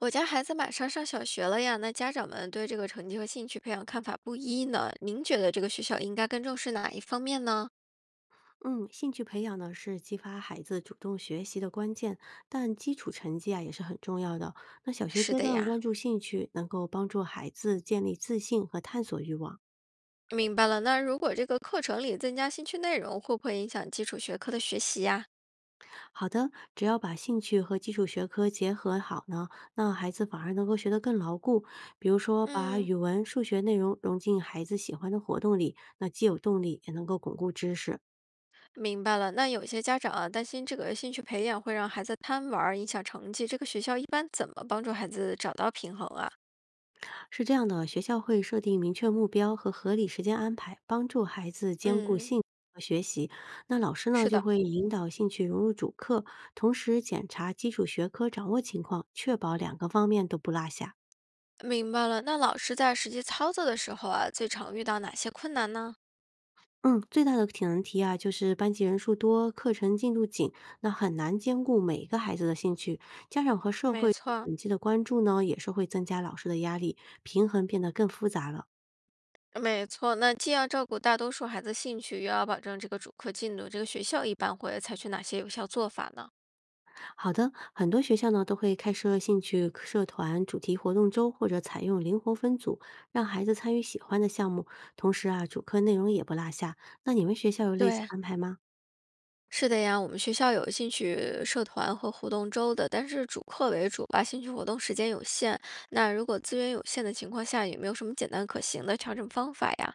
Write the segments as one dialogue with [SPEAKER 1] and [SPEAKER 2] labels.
[SPEAKER 1] 我家孩子马上上小学了呀，那家长们对这个成绩和兴趣培养看法不一呢。您觉得这个学校应该更重视哪一方面呢？
[SPEAKER 2] 嗯，兴趣培养呢是激发孩子主动学习的关键，但基础成绩啊也是很重要的。那小学
[SPEAKER 1] 是
[SPEAKER 2] 阶
[SPEAKER 1] 的
[SPEAKER 2] 段
[SPEAKER 1] 呀，
[SPEAKER 2] 关注兴趣，能够帮助孩子建立自信和探索欲望。
[SPEAKER 1] 明白了。那如果这个课程里增加兴趣内容，会不会影响基础学科的学习呀？
[SPEAKER 2] 好的，只要把兴趣和基础学科结合好呢，那孩子反而能够学得更牢固。比如说，把
[SPEAKER 1] 嗯，
[SPEAKER 2] 语文、数学内容融进孩子喜欢的活动里，那既有动力，也能够巩固知识。
[SPEAKER 1] 明白了。那有些家长啊，担心这个兴趣培养会让孩子贪玩儿，影响成绩。这个学校一般怎么帮助孩子找到平衡啊？
[SPEAKER 2] 是这样的，学校会设定明确目标和合理时间安排，帮助孩子兼顾
[SPEAKER 1] 嗯，
[SPEAKER 2] 兴趣和学习。那老师呢，
[SPEAKER 1] 是
[SPEAKER 2] 就
[SPEAKER 1] 的，
[SPEAKER 2] 会引导兴趣融入主课，同时检查基础学科掌握情况，确保两个方面都不落下。
[SPEAKER 1] 明白了。那老师在实际操作的时候啊，最常遇到哪些困难呢？
[SPEAKER 2] 嗯，最大的体能题啊，就是班级人数多，课程进度紧，那很难兼顾每一个孩子的兴趣。家长和社
[SPEAKER 1] 没
[SPEAKER 2] 会对
[SPEAKER 1] 错，
[SPEAKER 2] 成绩的关注呢，也是会增加老师的压力，平衡变得更复杂了。
[SPEAKER 1] 没错，那既要照顾大多数孩子兴趣，又要保证这个主课进度，这个学校一般会采取哪些有效做法呢？
[SPEAKER 2] 好的，很多学校呢都会开设兴趣课社团、主题活动周，或者采用灵活分组，让孩子参与喜欢的项目。同时啊，主课内容也不落下。那你们学校有类似
[SPEAKER 1] 对，
[SPEAKER 2] 安排吗？
[SPEAKER 1] 是的呀，我们学校有兴趣社团和活动周的，但是主课为主吧，兴趣活动时间有限。那如果资源有限的情况下，有没有什么简单可行的调整方法呀？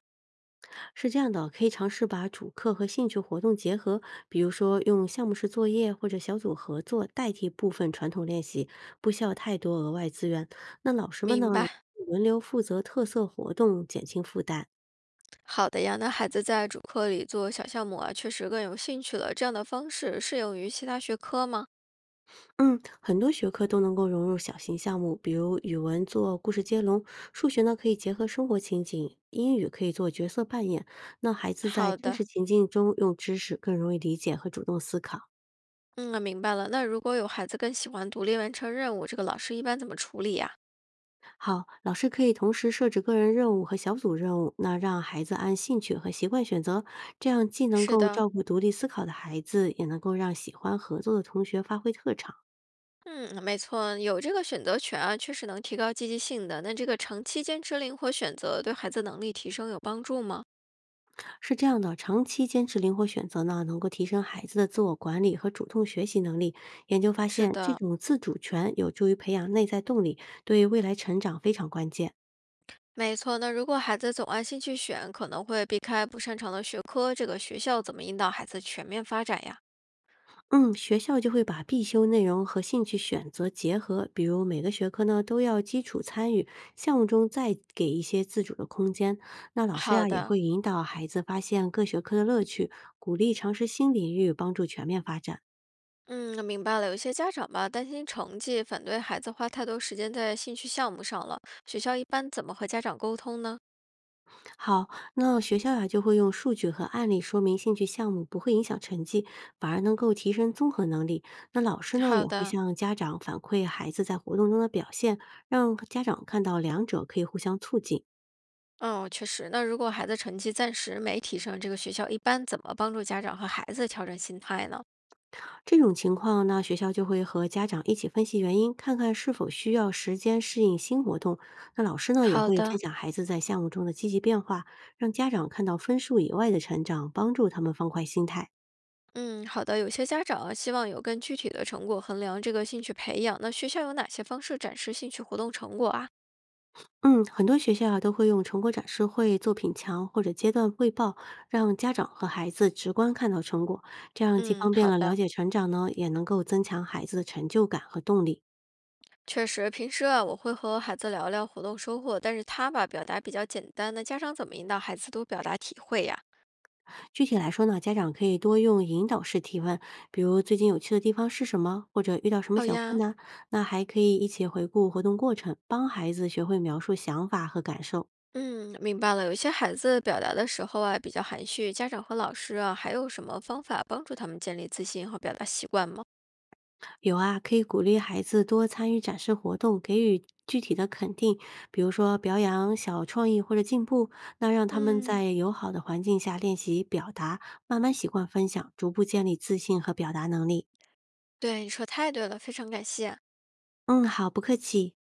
[SPEAKER 2] 是这样的，可以尝试把主课和兴趣活动结合，比如说用项目式作业或者小组合作代替部分传统练习，不需要太多额外资源。那老师们
[SPEAKER 1] 明
[SPEAKER 2] 呢也
[SPEAKER 1] 白，
[SPEAKER 2] 轮流负责特色活动，减轻负担。
[SPEAKER 1] 好的呀。那孩子在主课里做小项目啊，确实更有兴趣了。这样的方式适用于其他学科吗？
[SPEAKER 2] 嗯，很多学科都能够融入小型项目，比如语文做故事接龙，数学呢可以结合生活情景，英语可以做角色扮演。那孩子在
[SPEAKER 1] 好
[SPEAKER 2] 真
[SPEAKER 1] 的，
[SPEAKER 2] 实情境中用知识更容易理解和主动思考。
[SPEAKER 1] 嗯，明白了。那如果有孩子更喜欢独立完成任务，这个老师一般怎么处理呀？
[SPEAKER 2] 好，老师可以同时设置个人任务和小组任务，那让孩子按兴趣和习惯选择，这样既能
[SPEAKER 1] 是
[SPEAKER 2] 够
[SPEAKER 1] 的，
[SPEAKER 2] 照顾独立思考的孩子，也能够让喜欢合作的同学发挥特长。
[SPEAKER 1] 嗯，没错，有这个选择权啊，确实能提高积极性的。那这个长期坚持灵活选择，对孩子能力提升有帮助吗？
[SPEAKER 2] 是这样的，长期坚持灵活选择呢，能够提升孩子的自我管理和主动学习能力。研究发
[SPEAKER 1] 是
[SPEAKER 2] 现，这
[SPEAKER 1] 的，
[SPEAKER 2] 种自主权有助于培养内在动力，对未来成长非常关键。
[SPEAKER 1] 没错，那如果孩子总按兴趣选，可能会避开不擅长的学科，这个学校怎么引导孩子全面发展呀？
[SPEAKER 2] 嗯，学校就会把必修内容和兴趣选择结合，比如每个学科呢都要基础参与，项目中再给一些自主的空间。那老师
[SPEAKER 1] 好
[SPEAKER 2] 呀、也
[SPEAKER 1] 的，
[SPEAKER 2] 会引导孩子发现各学科的乐趣，鼓励尝试新领域，帮助全面发展。
[SPEAKER 1] 嗯，明白了。有些家长吧，担心成绩，反对孩子花太多时间在兴趣项目上了。学校一般怎么和家长沟通呢？
[SPEAKER 2] 好，那学校呀、就会用数据和案例说明兴趣项目不会影响成绩，反而能够提升综合能力。那老师呢
[SPEAKER 1] 好
[SPEAKER 2] 也会
[SPEAKER 1] 的，
[SPEAKER 2] 向家长反馈孩子在活动中的表现，让家长看到两者可以互相促进。
[SPEAKER 1] 嗯，确实。那如果孩子成绩暂时没提升，这个学校一般怎么帮助家长和孩子调整心态呢？
[SPEAKER 2] 这种情况呢，学校就会和家长一起分析原因，看看是否需要时间适应新活动。那老师呢也
[SPEAKER 1] 好
[SPEAKER 2] 会分
[SPEAKER 1] 的，
[SPEAKER 2] 享孩子在项目中的积极变化，让家长看到分数以外的成长，帮助他们放宽心态。
[SPEAKER 1] 嗯，好的。有些家长啊，希望有更具体的成果衡量这个兴趣培养。那学校有哪些方式展示兴趣活动成果啊？
[SPEAKER 2] 嗯，很多学校啊都会用成果展示会、作品墙或者阶段汇报，让家长和孩子直观看到成果，这样既
[SPEAKER 1] 嗯，
[SPEAKER 2] 方便
[SPEAKER 1] 好
[SPEAKER 2] 了了
[SPEAKER 1] 的，
[SPEAKER 2] 解成长呢，也能够增强孩子的成就感和动力。
[SPEAKER 1] 确实。平时啊，我会和孩子聊聊活动收获，但是他吧，表达比较简单。那家长怎么引导孩子多表达体会呀？
[SPEAKER 2] 具体来说呢，家长可以多用引导式提问，比如最近有趣的地方是什么，或者遇到什么
[SPEAKER 1] 好
[SPEAKER 2] 小困
[SPEAKER 1] 呀，
[SPEAKER 2] 难，那还可以一起回顾活动过程，帮孩子学会描述想法和感受。
[SPEAKER 1] 嗯，明白了。有些孩子表达的时候啊，比较含蓄，家长和老师啊，还有什么方法帮助他们建立自信和表达习惯吗？
[SPEAKER 2] 有啊，可以鼓励孩子多参与展示活动，给予具体的肯定，比如说表扬小创意或者进步，那让他们
[SPEAKER 1] 嗯，
[SPEAKER 2] 在友好的环境下练习表达，慢慢习惯分享，逐步建立自信和表达能力。
[SPEAKER 1] 对，你说太对了，非常感谢。
[SPEAKER 2] 嗯，好，不客气。